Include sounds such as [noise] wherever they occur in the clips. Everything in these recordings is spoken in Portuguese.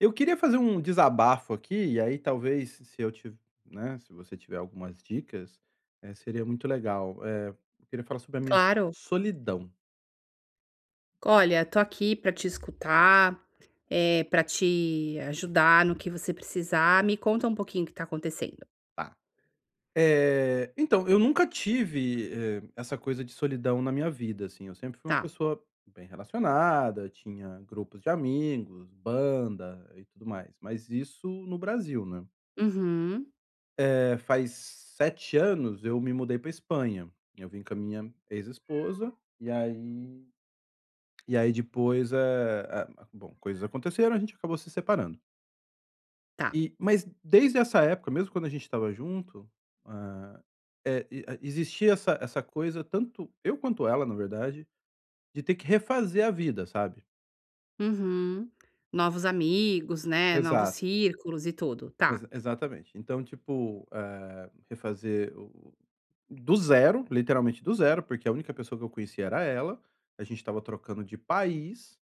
Eu queria fazer um desabafo aqui, e aí talvez se eu tiver, né, se você tiver algumas dicas, seria muito legal. Eu queria falar sobre a minha Claro. solidão, Olha, tô aqui pra te escutar, é para te ajudar no que você precisar. Me conta um pouquinho o que tá acontecendo. tá? Então, eu nunca tive, essa coisa de solidão na minha vida, assim, eu sempre fui uma Tá. pessoa bem relacionada, tinha grupos de amigos, banda e tudo mais, mas isso no Brasil, né? Uhum. Faz 7 anos eu me mudei para Espanha. Eu vim com a minha ex-esposa, e aí. Depois, eh, a bom, coisas aconteceram, a gente acabou se separando. Tá. E mas desde essa época, mesmo quando a gente estava junto, hã, eh, e a existia essa coisa, tanto eu quanto ela, na verdade, de ter que refazer a vida, sabe. Uhum. Novos amigos, né, novos Exato, círculos e tudo. Tá. exatamente. Então, tipo, refazer o do zero, literalmente do zero, porque a única pessoa que eu conhecia era ela, a gente estava trocando de país.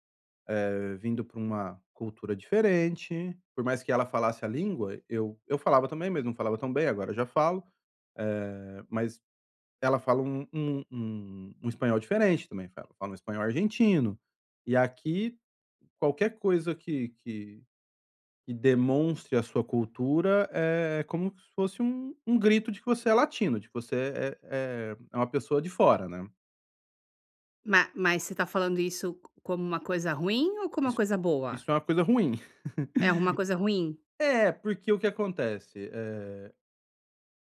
Vindo pra uma cultura diferente, por mais que ela falasse a língua, eu falava também, mas não falava tão bem, agora eu já falo, eh, mas ela fala um espanhol diferente também, fala um espanhol argentino. E aqui, qualquer coisa que demonstre a sua cultura é como se fosse um grito de que você é latino, de que você é é uma pessoa de fora, né. Ma mas você tá falando isso como uma coisa ruim ou como uma Isso coisa boa? isso é uma coisa ruim. [laughs] É uma coisa ruim? É, porque o que acontece.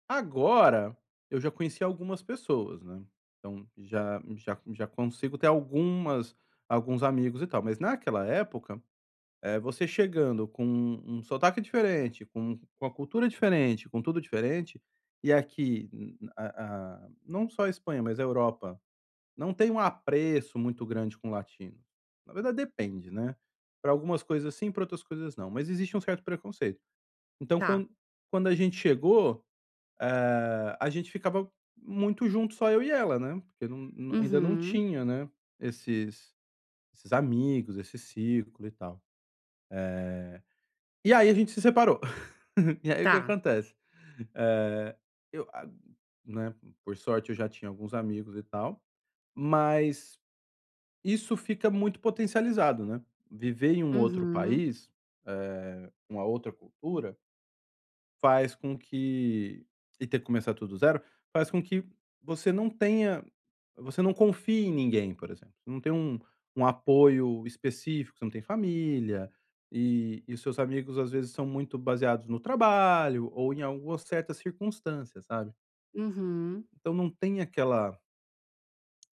Agora, eu já conheci algumas pessoas, né, então já consigo ter algumas alguns amigos e tal, mas naquela época, você chegando com um sotaque diferente, com a cultura diferente, com tudo diferente, e aqui n a não só a Espanha, mas a Europa, não tem um apreço muito grande com latinos. Na verdade depende, né, para algumas coisas sim, para outras coisas não, mas existe um certo preconceito. Então Tá. quando a gente chegou, a gente ficava muito junto, só eu e ela, né, porque ainda não Uhum. tinha, né, esses esses amigos, esse círculo e tal. E aí a gente se separou. [laughs] E aí o Tá. que acontece? Eh, eu a né, por sorte eu já tinha alguns amigos e tal, mas isso fica muito potencializado, né. Viver em um outro Uhum. país, uma outra cultura. Faz com que E ter que começar tudo do zero, faz com que você não tenha você não confie em ninguém, por exemplo. Você não tem um apoio específico, você não tem família, e os seus amigos, às vezes, são muito baseados no trabalho ou em alguma certa circunstância, sabe. Uhum. Então não tem aquela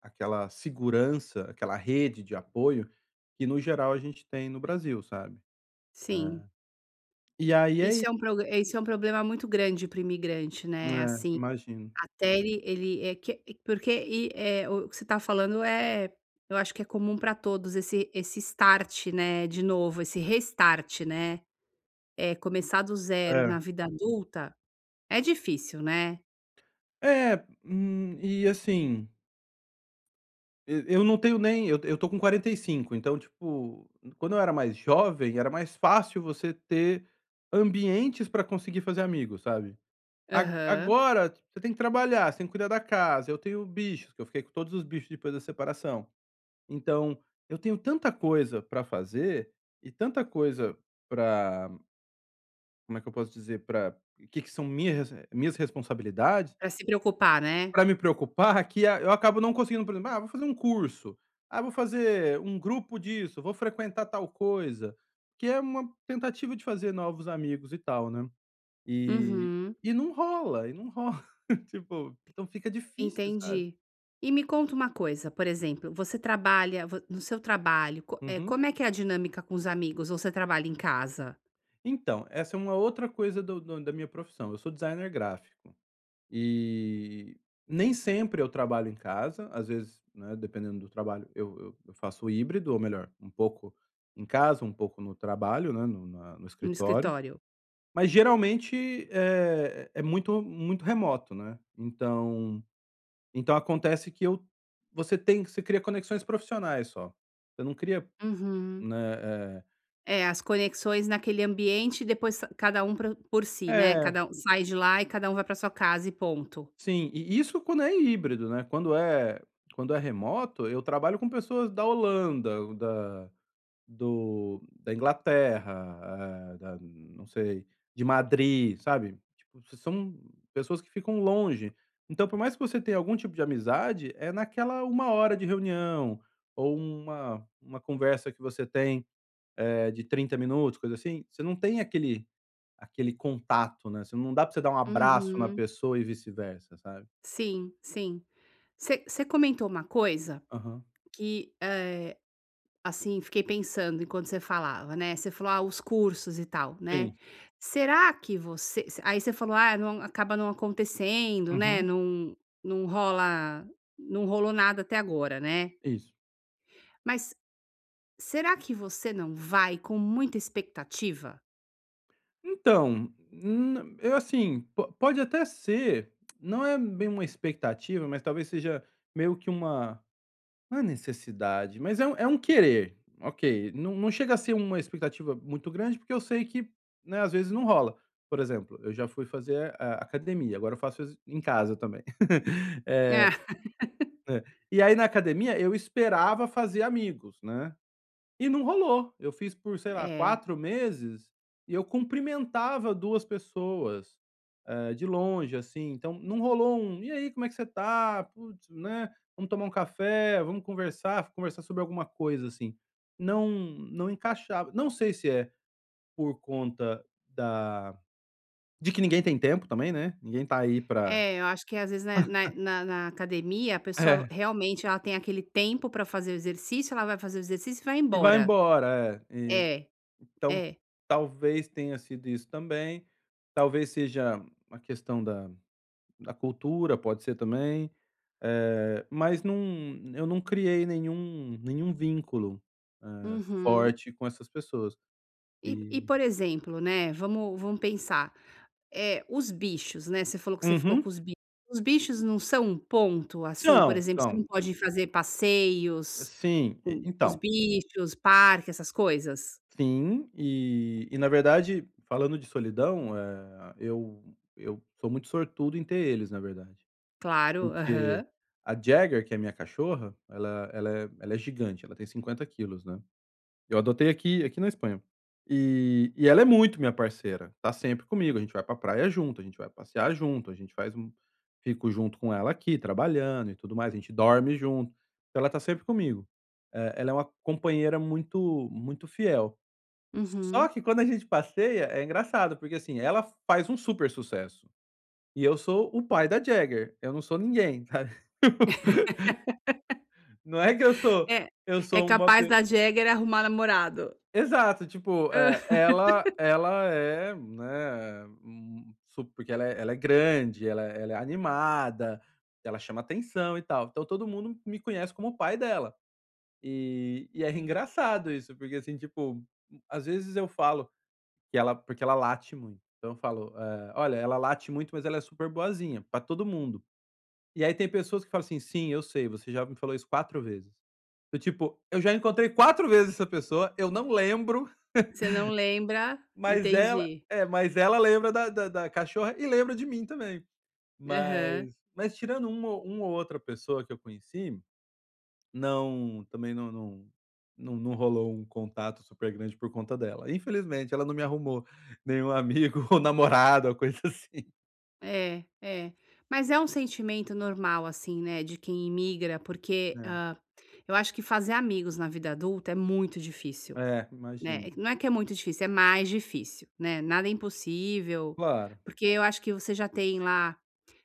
aquela segurança, aquela rede de apoio que, no geral, a gente tem no Brasil, sabe. Sim. É. E aí é i Isso é um problema muito grande para imigrante, né, é, assim. imagino. Até ele é que é, porque o que você está falando é, eu acho que é comum para todos esse start, né, de novo, esse restart, né, é começar do zero na É. vida adulta é difícil, né. É, e assim, e eu não tenho nem eu eu tô com 45, então, tipo, quando eu era mais jovem, era mais fácil você ter ambientes pra conseguir fazer amigos, sabe. A Aham. agora você tem que trabalhar, você tem que cuidar da casa, eu tenho bichos, que eu fiquei com todos os bichos depois da separação. Então, eu tenho tanta coisa pra fazer e tanta coisa pra, como é que eu posso dizer, pra que que são minhas responsabilidades, Pra se preocupar, né. pra me preocupar, é que a eu acabo não conseguindo. Por exemplo: "Ah, vou fazer um curso", "ah, vou fazer um grupo disso", "vou frequentar tal coisa", que é uma tentativa de fazer novos amigos e tal, né. E Uhum, e não rola, e não rola, [laughs] tipo, então fica difícil, sabe. entendi. E me conta uma coisa, por exemplo, você trabalha vo no seu trabalho, Uhum. como é que é a dinâmica com os amigos, ou você trabalha em casa, Então, essa é uma outra coisa do do da minha profissão: eu sou designer gráfico. E nem sempre eu trabalho em casa, às vezes, né, dependendo do trabalho, eu faço híbrido, ou melhor, um pouco em casa, um pouco no trabalho, né, no no escritório, escritório? mas geralmente, é muito muito remoto, né. Então acontece que eu você tem você cria conexões profissionais só, você não cria, Uhum. né, eh É, as conexões naquele ambiente depois sa cada um pra por si, né, é, cada um sai de lá e cada um vai para sua casa e ponto. sim, e isso quando é híbrido, né, quando é, quando é remoto, eu trabalho com pessoas da Holanda, da Inglaterra, eh, da não sei, de Madrid, sabe. Tipo, se são pessoas que ficam longe. Então, por mais que você tenha algum tipo de amizade, é naquela uma hora de reunião, ou uma conversa que você tem, de 30 minutos, coisa assim, você não tem aquele contato, né, você não dá pra você dar um abraço na Uhum. pessoa e vice-versa, sabe. Sim, sim. Você comentou uma coisa Aham. que, assim, fiquei pensando enquanto você falava, né, você falou: "Ah, os cursos e tal", né. Sim. Será que você aí você falou: "Ah, não acaba não acontecendo, né, Uhum. não não rola não rolou nada até agora", né. Isso. Mas será que você não vai com muita expectativa? Então, eu assim, po pode até ser, não é bem uma expectativa, mas talvez seja meio que uma, não é necessidade, mas é um querer, ok. Não chega a ser uma expectativa muito grande, porque eu sei que, né, às vezes não rola. Por exemplo, eu já fui fazer a academia, agora eu faço exer em casa também. [laughs] Eh, Ah, é. né, E aí na academia eu esperava fazer amigos, né, e não rolou. Eu fiz por, sei lá, é. 4 meses e eu cumprimentava 2 pessoas, de longe, assim. Então não rolou um: "E aí, como é que você tá? Putz, né, vamos tomar um café, vamos conversar, conversar sobre alguma coisa", assim. Não encaixava. Não sei se é por conta da de que ninguém tem tempo também, né, ninguém tá aí pra. É, eu acho que às vezes na academia a [laughs] pessoa É, realmente ela tem aquele tempo pra fazer o exercício, ela vai fazer o exercício e vai e vai embora. embora, é. E É, então é. talvez tenha sido isso também. Talvez seja a questão da cultura, pode ser também, mas eu não criei nenhum vínculo, Uhum. forte com essas pessoas E e por exemplo, né, vamos pensar, é, os bichos, né, você falou que você ficou com Uhum. os bichos. Os bichos não são um ponto, assim, por São, exemplo, você não são. pode fazer passeios Sim, e com os então, bichos, parque, essas coisas? sim, e na verdade, falando de solidão, eu sou muito sortudo em ter eles, na verdade, Claro, porque aham. a Jagger, que é a minha cachorra, ela é gigante, ela tem 50 quilos, né. Eu adotei aqui aqui na Espanha. E ela é muito minha parceira, tá sempre comigo, a gente vai pra praia junto, a gente vai passear junto, a gente faz um, fico junto com ela aqui, trabalhando e tudo mais, a gente dorme junto, então ela tá sempre comigo. Ela é uma companheira muito muito fiel. Só Uhum. que quando a gente passeia, é engraçado, porque, assim, ela faz um super sucesso, e eu sou o pai da Jagger, eu não sou ninguém, sabe. [laughs] Não é que eu sou É, eu é sou uma. capaz da Jäger arrumar namorado. Exato, tipo, [laughs] ela é, né, um su porque ela é grande, ela é animada, ela chama atenção e tal, então todo mundo me conhece como o pai dela. E é engraçado isso, porque, assim, tipo, às vezes eu falo que ela porque ela late muito, então eu falo, "Olha, ela late muito, mas ela é super boazinha pra todo mundo". E aí tem pessoas que falam assim: "Sim, eu sei, você já me falou isso 4 vezes". Eu, tipo, eu já encontrei 4 vezes essa pessoa, eu não lembro. Você não lembra, Mas ela entendi. é, mas ela lembra da cachorra e lembra de mim também. Aham. Mas tirando uma ou outra pessoa que eu conheci, não também não rolou um contato super grande por conta dela. Infelizmente, ela não me arrumou nenhum amigo, [laughs] ou namorado ou coisa assim. É, é. Mas é um sentimento normal, assim, né, de quem imigra, porque, É. Eu acho que fazer amigos na vida adulta é muito difícil, É, né. imagino. Não é que é muito difícil, é mais difícil, né, nada é impossível, Claro. porque eu acho que você já tem lá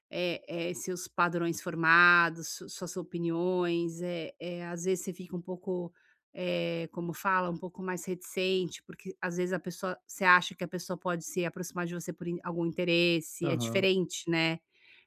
é é seus padrões formados, su suas opiniões, é é às vezes você fica um pouco, é como fala, um pouco mais reticente, porque às vezes a pessoa, você acha que a pessoa pode se aproximar de você por in algum interesse, é Aham. diferente, né,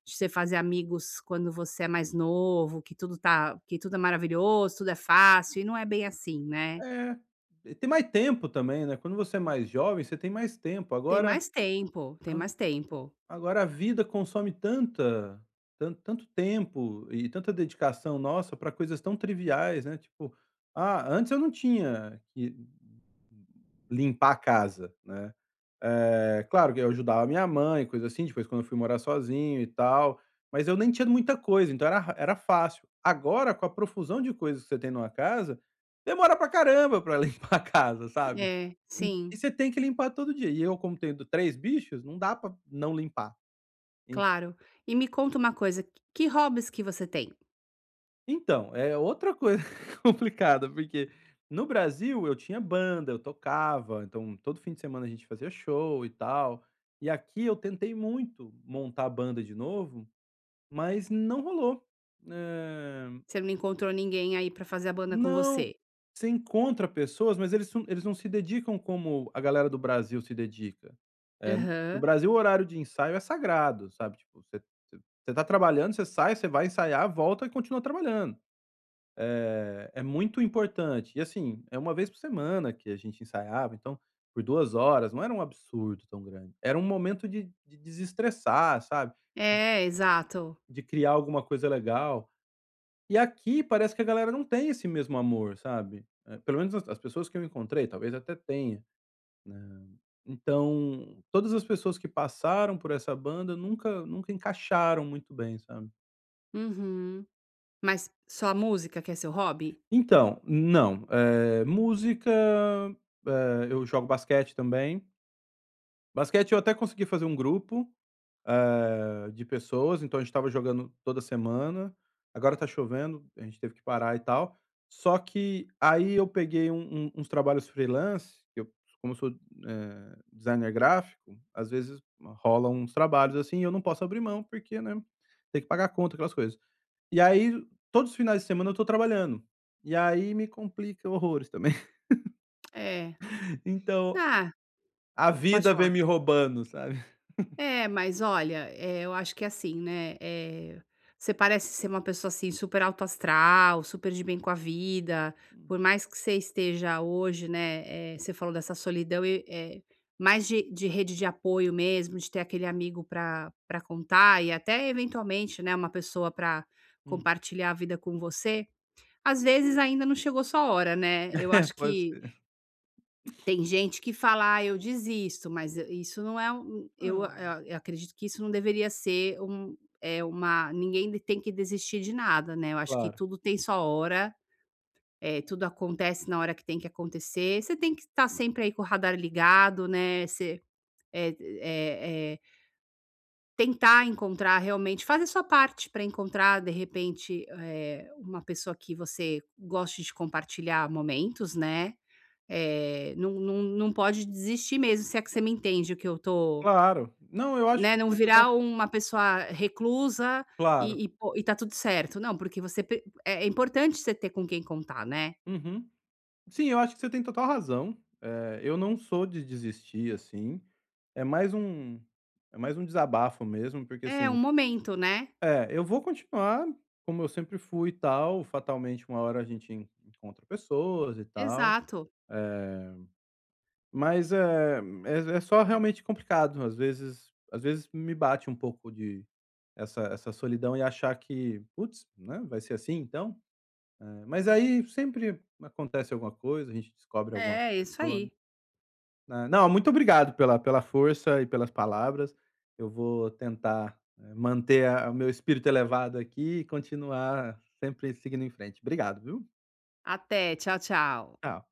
de você fazer amigos quando você é mais novo, que tudo tá que tudo é maravilhoso, tudo é fácil, e não é bem assim, né. É, e tem mais tempo também, né, quando você é mais jovem, você tem mais tempo. Tem Agora. mais tempo, tem mais tempo. A vida consome tanta tan tanto tempo e tanta dedicação nossa para coisas tão triviais, né, tipo, ah, antes eu não tinha que limpar a casa, né. Claro que eu ajudava a minha mãe, coisa assim, depois quando eu fui morar sozinho e tal, mas eu nem tinha muita coisa, então era fácil. Agora, com a profusão de coisas que você tem numa casa, demora pra caramba pra [laughs] limpar a casa, sabe. É, sim, E você tem que limpar todo dia. E eu, como tenho 3 bichos, não dá pra não limpar. En claro. E me conta uma coisa, que hobbies que você tem? então, é outra coisa [laughs] complicada, porque no Brasil eu tinha banda, eu tocava, então todo fim de semana a gente fazia show e tal. E aqui eu tentei muito montar a banda de novo, mas não rolou. Eh, Você não encontrou ninguém aí pra fazer a banda com não, você. você encontra pessoas, mas eles não se dedicam como a galera do Brasil se dedica. No Aham. Brasil o horário de ensaio é sagrado, sabe, tipo, você você tá trabalhando, você sai, você vai ensaiar, volta e continua trabalhando. É muito importante. E assim, é uma vez por semana que a gente ensaiava, então, por 2 horas, não era um absurdo tão grande. Era um momento de desestressar, sabe? É, exato. De criar alguma coisa legal. E aqui parece que a galera não tem esse mesmo amor, sabe? É, pelo menos as pessoas que eu encontrei, talvez até tenha, né? Então, todas as pessoas que passaram por essa banda nunca, nunca encaixaram muito bem, sabe? Uhum. Mas só a música que é seu hobby? Então, não. É, música. É, eu jogo basquete também. Basquete eu até consegui fazer um grupo, de pessoas, então a gente estava jogando toda semana. Agora tá chovendo, a gente teve que parar e tal. Só que aí eu peguei uns trabalhos freelance, que eu, como eu sou, designer gráfico, às vezes rolam uns trabalhos, assim, e eu não posso abrir mão porque, né, tem que pagar a conta, aquelas coisas. E aí todos os finais de semana eu tô trabalhando, e aí me complica horrores também. É. [laughs] Então, Ah, a pode vida vem falar. me roubando, sabe. É, mas olha, eu acho que é assim, né, você parece ser uma pessoa, assim, super alto astral, super de bem com a vida, Hum, por mais que você esteja hoje, né, você falou dessa solidão e, mais de rede de apoio mesmo, de ter aquele amigo para para contar, e até eventualmente, né, uma pessoa para hum. compartilhar a vida com você, às vezes ainda não chegou sua hora, né. Eu [laughs] É, acho pode que tem gente que fala: "Ah, eu desisto", mas isso não é um, ah, eu acredito que isso não deveria ser um, é uma, ninguém tem que desistir de nada, né, eu acho que claro, tudo tem sua hora, tudo acontece na hora que tem que acontecer, você tem que estar sempre aí com o radar ligado, né, você, eh eh tentar encontrar, realmente fazer sua parte para encontrar, de repente, uma pessoa que você goste de compartilhar momentos, né. Não pode desistir mesmo, se é que você me entende o que eu tô, claro. Não, eu acho né, que não faz total. virar uma pessoa reclusa Claro. e tá tudo certo. Não, porque você pre é é importante você ter com quem contar, né. Uhum. Sim, eu acho que você tem total razão. Eu não sou de desistir, assim, é mais um é mais um desabafo mesmo, porque É, um assim momento, né. é, eu vou continuar como eu sempre fui e tal, fatalmente uma hora a gente en encontra pessoas e tal, Exato. eh, mas é só realmente complicado, às vezes me bate um pouco de essa solidão e achar que: "Putz, né, vai ser assim então?" É, mas aí sempre acontece alguma coisa, a gente descobre, Uhum, alguma É, isso pessoa, né. aí. Ah, não, muito obrigado pela força e pelas palavras. Eu vou tentar, manter a o meu espírito elevado aqui e continuar sempre seguindo em frente. Obrigado, viu. Até, tchau, tchau. Tchau.